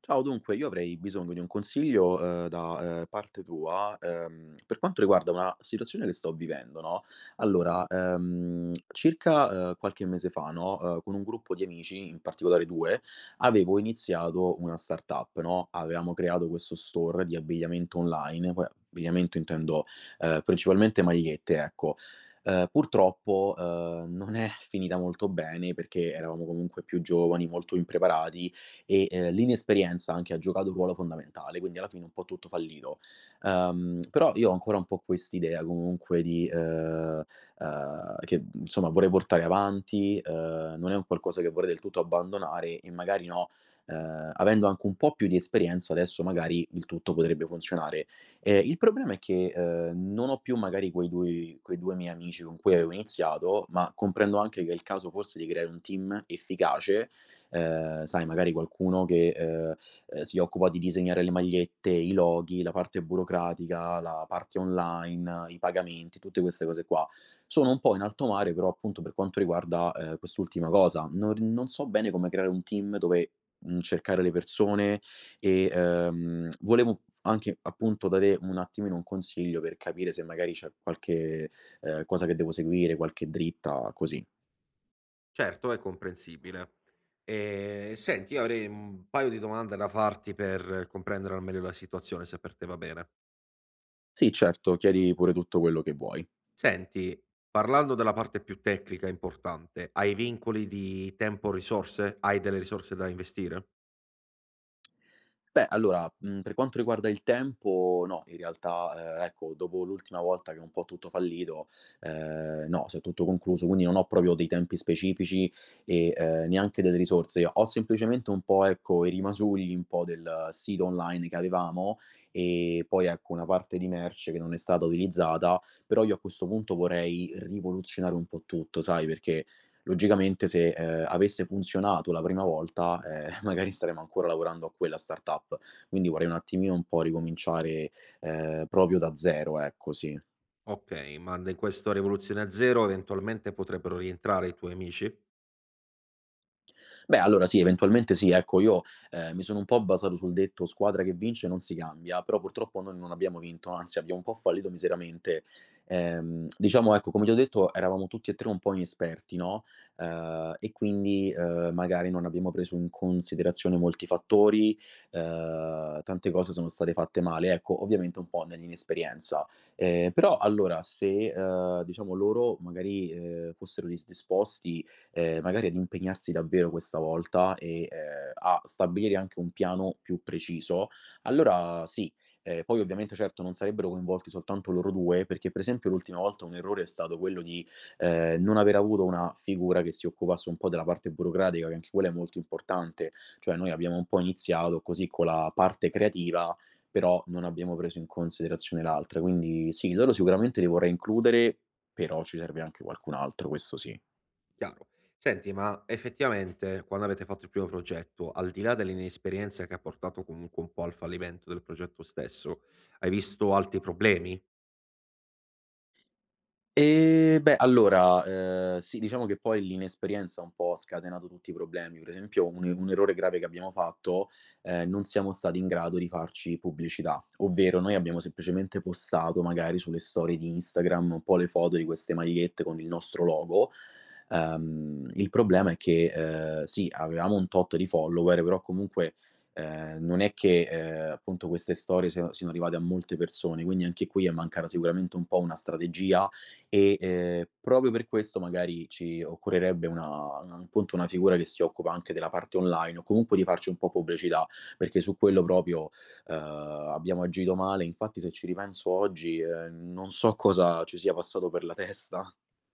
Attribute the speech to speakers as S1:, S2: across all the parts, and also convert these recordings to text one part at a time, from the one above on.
S1: Ciao, dunque, io avrei bisogno di un consiglio, da, parte tua, per quanto riguarda una situazione che sto vivendo, no, allora, circa, qualche mese fa, no, con un gruppo di amici, in particolare 2, avevo iniziato una startup, no, avevamo creato questo store di abbigliamento online, poi abbigliamento intendo, principalmente magliette, ecco. Purtroppo, non è finita molto bene perché eravamo comunque più giovani, molto impreparati e, l'inesperienza anche ha giocato un ruolo fondamentale, quindi alla fine un po' tutto fallito. Però io ho ancora un po' quest'idea comunque di che insomma vorrei portare avanti, non è un qualcosa che vorrei del tutto abbandonare e magari no, avendo anche un po' più di esperienza adesso magari il tutto potrebbe funzionare. Il problema è che, non ho più magari quei 2 miei amici con cui avevo iniziato, ma comprendo anche che è il caso forse di creare un team efficace. Sai, magari qualcuno che, si occupa di disegnare le magliette, i loghi, la parte burocratica, la parte online, i pagamenti, tutte queste cose qua. Sono un po' in alto mare, però appunto per quanto riguarda, quest'ultima cosa. Non so bene come creare un team dove cercare le persone e, volevo anche appunto da te un attimino un consiglio per capire se magari c'è qualche, cosa che devo seguire, qualche dritta, così.
S2: Certo, è comprensibile. Senti io avrei un paio di domande da farti per comprendere al meglio la situazione, se per te va bene.
S1: Sì, certo, chiedi pure tutto quello che vuoi.
S2: Senti, parlando della parte più tecnica importante, hai vincoli di tempo o risorse? Hai delle risorse da investire?
S1: Beh, allora, per quanto riguarda il tempo no, in realtà, ecco, dopo l'ultima volta che è un po' tutto fallito, no, si è tutto concluso, quindi non ho proprio dei tempi specifici e, neanche delle risorse. Ho semplicemente un po', ecco, i rimasugli un po' del sito online che avevamo e poi, ecco, una parte di merce che non è stata utilizzata, però io a questo punto vorrei rivoluzionare un po' tutto, sai, perché logicamente se, avesse funzionato la prima volta, magari staremmo ancora lavorando a quella startup. Quindi vorrei un attimino un po' ricominciare, proprio da zero, ecco, sì.
S2: Okay, ma in questa rivoluzione a zero eventualmente potrebbero rientrare i tuoi amici?
S1: Beh, allora sì, eventualmente sì. Ecco, io, mi sono un po' basato sul detto: "Squadra che vince non si cambia", però purtroppo noi non abbiamo vinto, anzi abbiamo un po' fallito miseramente. Diciamo, ecco, come ti ho detto, eravamo tutti e 3 un po' inesperti, no, e quindi, magari non abbiamo preso in considerazione molti fattori, tante cose sono state fatte male, ecco, ovviamente un po' nell'inesperienza. Però allora se, diciamo loro magari, fossero disposti magari ad impegnarsi davvero questa volta e, a stabilire anche un piano più preciso, allora sì. Poi ovviamente certo non sarebbero coinvolti soltanto loro 2, perché per esempio l'ultima volta un errore è stato quello di, non aver avuto una figura che si occupasse un po' della parte burocratica, che anche quella è molto importante. Cioè noi abbiamo un po' iniziato così con la parte creativa, però non abbiamo preso in considerazione l'altra. Quindi sì, loro sicuramente li vorrei includere, però ci serve anche qualcun altro, questo sì.
S2: Chiaro. Senti, ma effettivamente quando avete fatto il primo progetto, al di là dell'inesperienza che ha portato comunque un po' al fallimento del progetto stesso, hai visto altri problemi?
S1: Beh, allora, sì, diciamo che poi l'inesperienza un po' ha scatenato tutti i problemi. Per esempio un errore grave che abbiamo fatto, non siamo stati in grado di farci pubblicità, ovvero noi abbiamo semplicemente postato magari sulle storie di Instagram un po' le foto di queste magliette con il nostro logo. Il problema è che, sì, avevamo un tot di follower, però comunque, non è che, appunto queste storie siano arrivate a molte persone, quindi anche qui è mancata sicuramente un po' una strategia, e, proprio per questo magari ci occorrerebbe una appunto una figura che si occupa anche della parte online o comunque di farci un po' pubblicità, perché su quello proprio, abbiamo agito male. Infatti se ci ripenso oggi, non so cosa ci sia passato per la testa.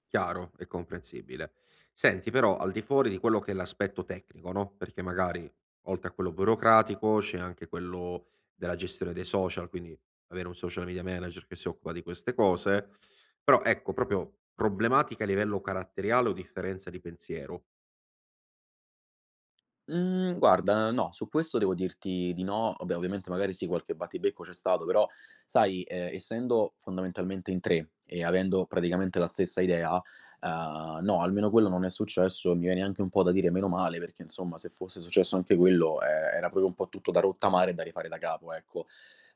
S2: Chiaro e comprensibile. Senti, però al di fuori di quello che è l'aspetto tecnico, no? Perché magari oltre a quello burocratico c'è anche quello della gestione dei social, quindi avere un social media manager che si occupa di queste cose. Però ecco, proprio problematica a livello caratteriale o differenza di pensiero,
S1: Mhmm, guarda, no, su questo devo dirti di no. Vabbè, ovviamente magari sì, qualche battibecco c'è stato, però sai, essendo fondamentalmente in 3 e avendo praticamente la stessa idea, no, almeno quello non è successo e mi viene anche un po' da dire meno male, perché insomma se fosse successo anche quello, era proprio un po' tutto da rottamare e da rifare da capo, ecco.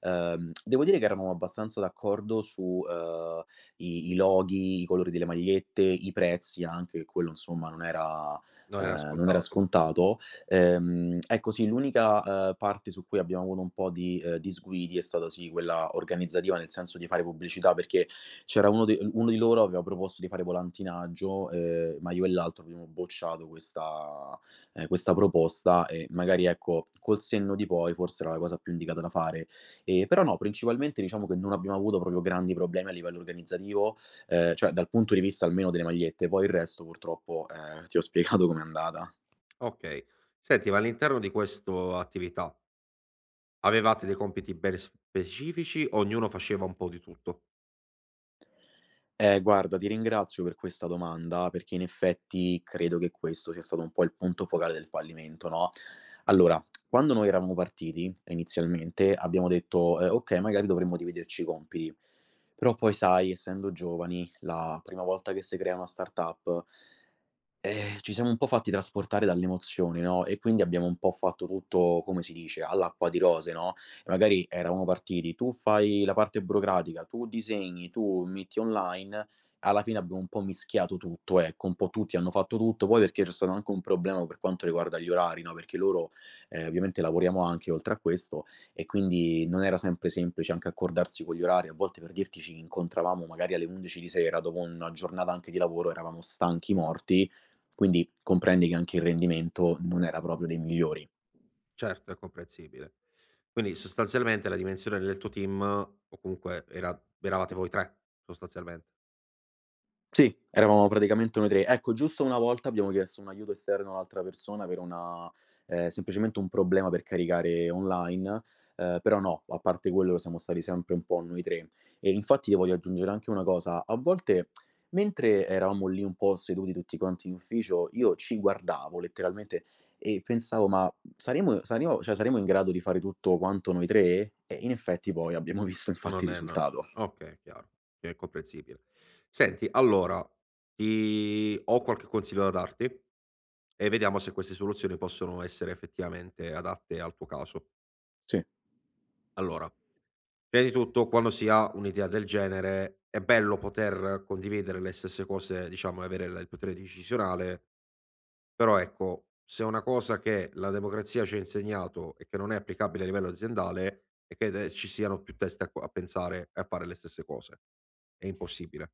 S1: Devo dire che eravamo abbastanza d'accordo su, i loghi, i colori delle magliette, i prezzi anche, quello insomma non era,
S2: non era
S1: uhm, non era
S2: scontato.
S1: scontato. Ecco sì, l'unica, parte su cui abbiamo avuto un po' di, disguidi è stata sì quella organizzativa, nel senso di fare pubblicità, perché c'era uno di loro aveva proposto di fare volantinaggio, ma io e l'altro abbiamo bocciato questa proposta e magari ecco, col senno di poi forse era la cosa più indicata da fare. Però no, principalmente diciamo che non abbiamo avuto proprio grandi problemi a livello organizzativo, cioè dal punto di vista almeno delle magliette, poi il resto purtroppo, ti ho spiegato com'è andata.
S2: Okay. Senti, ma all'interno di questo attività avevate dei compiti ben specifici, ognuno faceva un po' di tutto?
S1: Guarda, ti ringrazio per questa domanda perché in effetti credo che questo sia stato un po' il punto focale del fallimento, no? Allora, quando noi eravamo partiti inizialmente abbiamo detto: okay, magari dovremmo dividerci i compiti". Però poi sai, essendo giovani, la prima volta che si crea una startup. Ci siamo un po' fatti trasportare dall'emozione, no, e quindi abbiamo un po' fatto tutto, come si dice, all'acqua di rose, no, e magari eravamo partiti: tu fai la parte burocratica, tu disegni, tu metti online. Alla fine abbiamo un po' mischiato tutto, ecco, un po' tutti hanno fatto tutto. Poi perché c'è stato anche un problema per quanto riguarda gli orari, no, perché loro, ovviamente lavoriamo anche oltre a questo e quindi non era sempre semplice anche accordarsi con gli orari. A volte, per dirti, ci incontravamo magari alle 11 di sera, dopo una giornata anche di lavoro, eravamo stanchi morti, quindi comprendi che anche il rendimento non era proprio dei migliori.
S2: Certo, è comprensibile. Quindi sostanzialmente la dimensione del tuo team o comunque eravate voi 3 sostanzialmente.
S1: Sì, eravamo praticamente noi 3. Ecco, giusto una volta abbiamo chiesto un aiuto esterno a un'altra persona per una semplicemente un problema per caricare online, però no, a parte quello siamo stati sempre un po' noi 3. E infatti ti voglio aggiungere anche una cosa: a volte mentre eravamo lì un po' seduti tutti quanti in ufficio, io ci guardavo letteralmente e pensavo: "Ma saremo in grado di fare tutto quanto noi 3?" E in effetti poi abbiamo visto infatti
S2: Non
S1: il
S2: è no
S1: risultato.
S2: okay, chiaro, è comprensibile. Senti, allora ti ho qualche consiglio da darti e vediamo se queste soluzioni possono essere effettivamente adatte al tuo caso.
S1: Sì.
S2: Allora, prima di tutto, quando si ha un'idea del genere, è bello poter condividere le stesse cose, diciamo, e avere la il potere decisionale, però ecco, se una cosa che la democrazia ci ha insegnato e che non è applicabile a livello aziendale è che de ci siano più teste a pensare e a fare le stesse cose. È impossibile.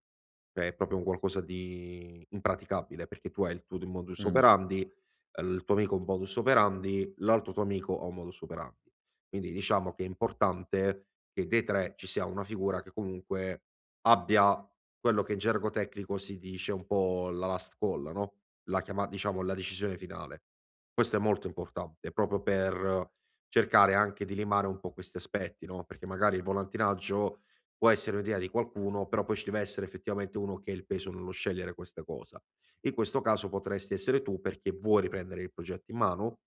S2: Cioè è proprio un qualcosa di impraticabile, perché tu hai il tuo d modus
S1: Mh.
S2: operandi, il tuo amico ha un modus operandi, l'altro tuo amico ha un modus operandi. Quindi diciamo che è importante che dei 3 ci sia una figura che comunque abbia quello che in gergo tecnico si dice un po' la last call, no? La chiama, diciamo, la decisione finale. Questo è molto importante, proprio per cercare anche di limare un po' questi aspetti, no, perché magari il volantinaggio può essere un'idea di qualcuno, però poi ci deve essere effettivamente uno che ha il peso nello scegliere questa cosa. In questo caso potresti essere tu perché vuoi riprendere il progetto in mano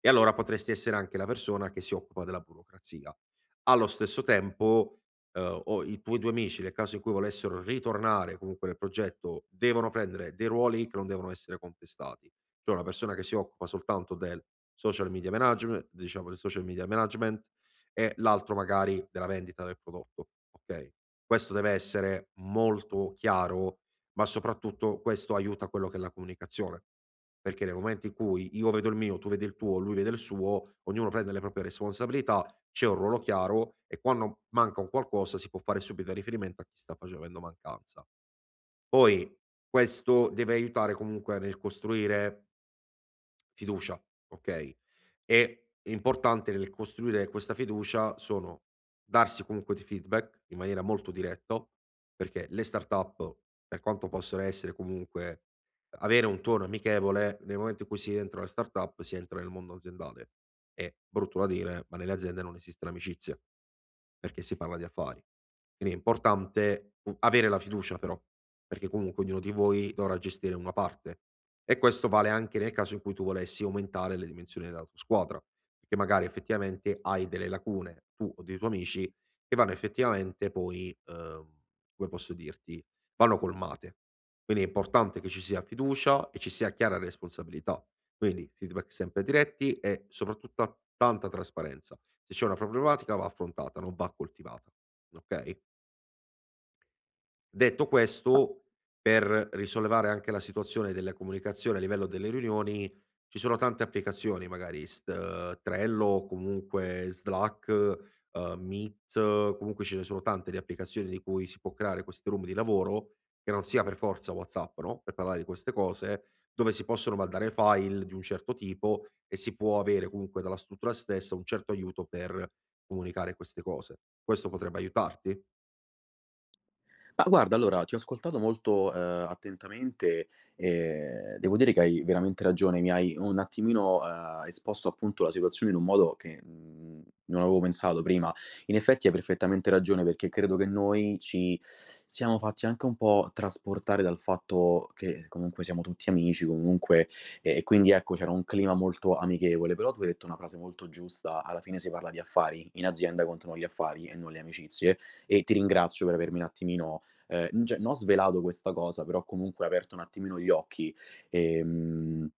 S2: e allora potresti essere anche la persona che si occupa della burocrazia. Allo stesso tempo, o i tuoi 2 amici, nel caso in cui volessero ritornare comunque nel progetto, devono prendere dei ruoli che non devono essere contestati. Cioè una persona che si occupa soltanto del social media manageme diciamo del social media management e l'altro magari della vendita del prodotto, okay? Questo deve essere molto chiaro, ma soprattutto questo aiuta quello che è la comunicazione, perché nel momento in cui io vedo il mio, tu vedi il tuo, lui vede il suo, ognuno prende le proprie responsabilità, c'è un ruolo chiaro e quando manca un qualcosa si può fare subito riferimento a chi sta facendo mancanza. Poi questo deve aiutare comunque nel costruire fiducia, ok? È importante nel costruire questa fiducia sono darsi comunque dei feedback in maniera molto diretto, perché le startup, per quanto possono essere comunque avere un tono amichevole, nel momento in cui si entra nella startup si entra nel mondo aziendale. E brutto da dire, ma nelle aziende non esiste l'amicizia, perché si parla di affari. Quindi è importante avere la fiducia però, perché comunque ognuno di voi dovrà gestire una parte. E questo vale anche nel caso in cui tu volessi aumentare le dimensioni della tua squadra, perché magari effettivamente hai delle lacune, tu o dei tuoi amici, che vanno effettivamente poi, come posso dirti, vanno colmate. Quindi è importante che ci sia fiducia e ci sia chiara responsabilità. Quindi feedback sempre diretti e soprattutto tanta trasparenza. Se c'è una problematica va affrontata, non va coltivata. Okay? Detto questo, per risollevare anche la situazione della comunicazione a livello delle riunioni, ci sono tante applicazioni, magari st Trello o comunque Slack, Meet, comunque ce ne sono tante di applicazioni di cui si può creare queste room di lavoro, che non sia per forza WhatsApp, no, per parlare di queste cose, dove si possono mandare file di un certo tipo e si può avere comunque dalla struttura stessa un certo aiuto per comunicare queste cose. Questo potrebbe aiutarti?
S1: Ma guarda, allora ti ho ascoltato molto, attentamente e devo dire che hai veramente ragione. Mi hai un attimino, esposto appunto la situazione in un modo che, non avevo pensato prima. In effetti hai perfettamente ragione perché credo che noi ci siamo fatti anche un po' trasportare dal fatto che comunque siamo tutti amici, comunque e quindi ecco c'era un clima molto amichevole. Però tu hai detto una frase molto giusta: alla fine si parla di affari, in azienda contano gli affari e non le amicizie e ti ringrazio per avermi un attimino n cioè, non ho svelato questa cosa, però comunque ho aperto un attimino gli occhi. Ehm,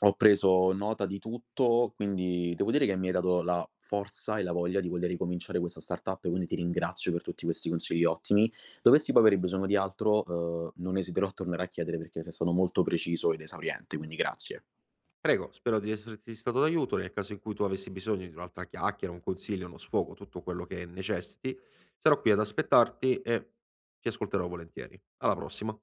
S1: Ho preso nota di tutto, quindi devo dire che mi hai dato la forza e la voglia di voler ricominciare questa startup, quindi ti ringrazio per tutti questi consigli ottimi. Dovessi poi avere bisogno di altro, non esiterò a tornare a chiedere perché sei stato molto preciso ed esauriente, quindi grazie.
S2: Prego, spero di esserti stato d'aiuto. Nel caso in cui tu avessi bisogno di un'altra chiacchiera, un consiglio, uno sfogo, tutto quello che necessiti, sarò qui ad aspettarti e ti ascolterò volentieri. Alla prossima.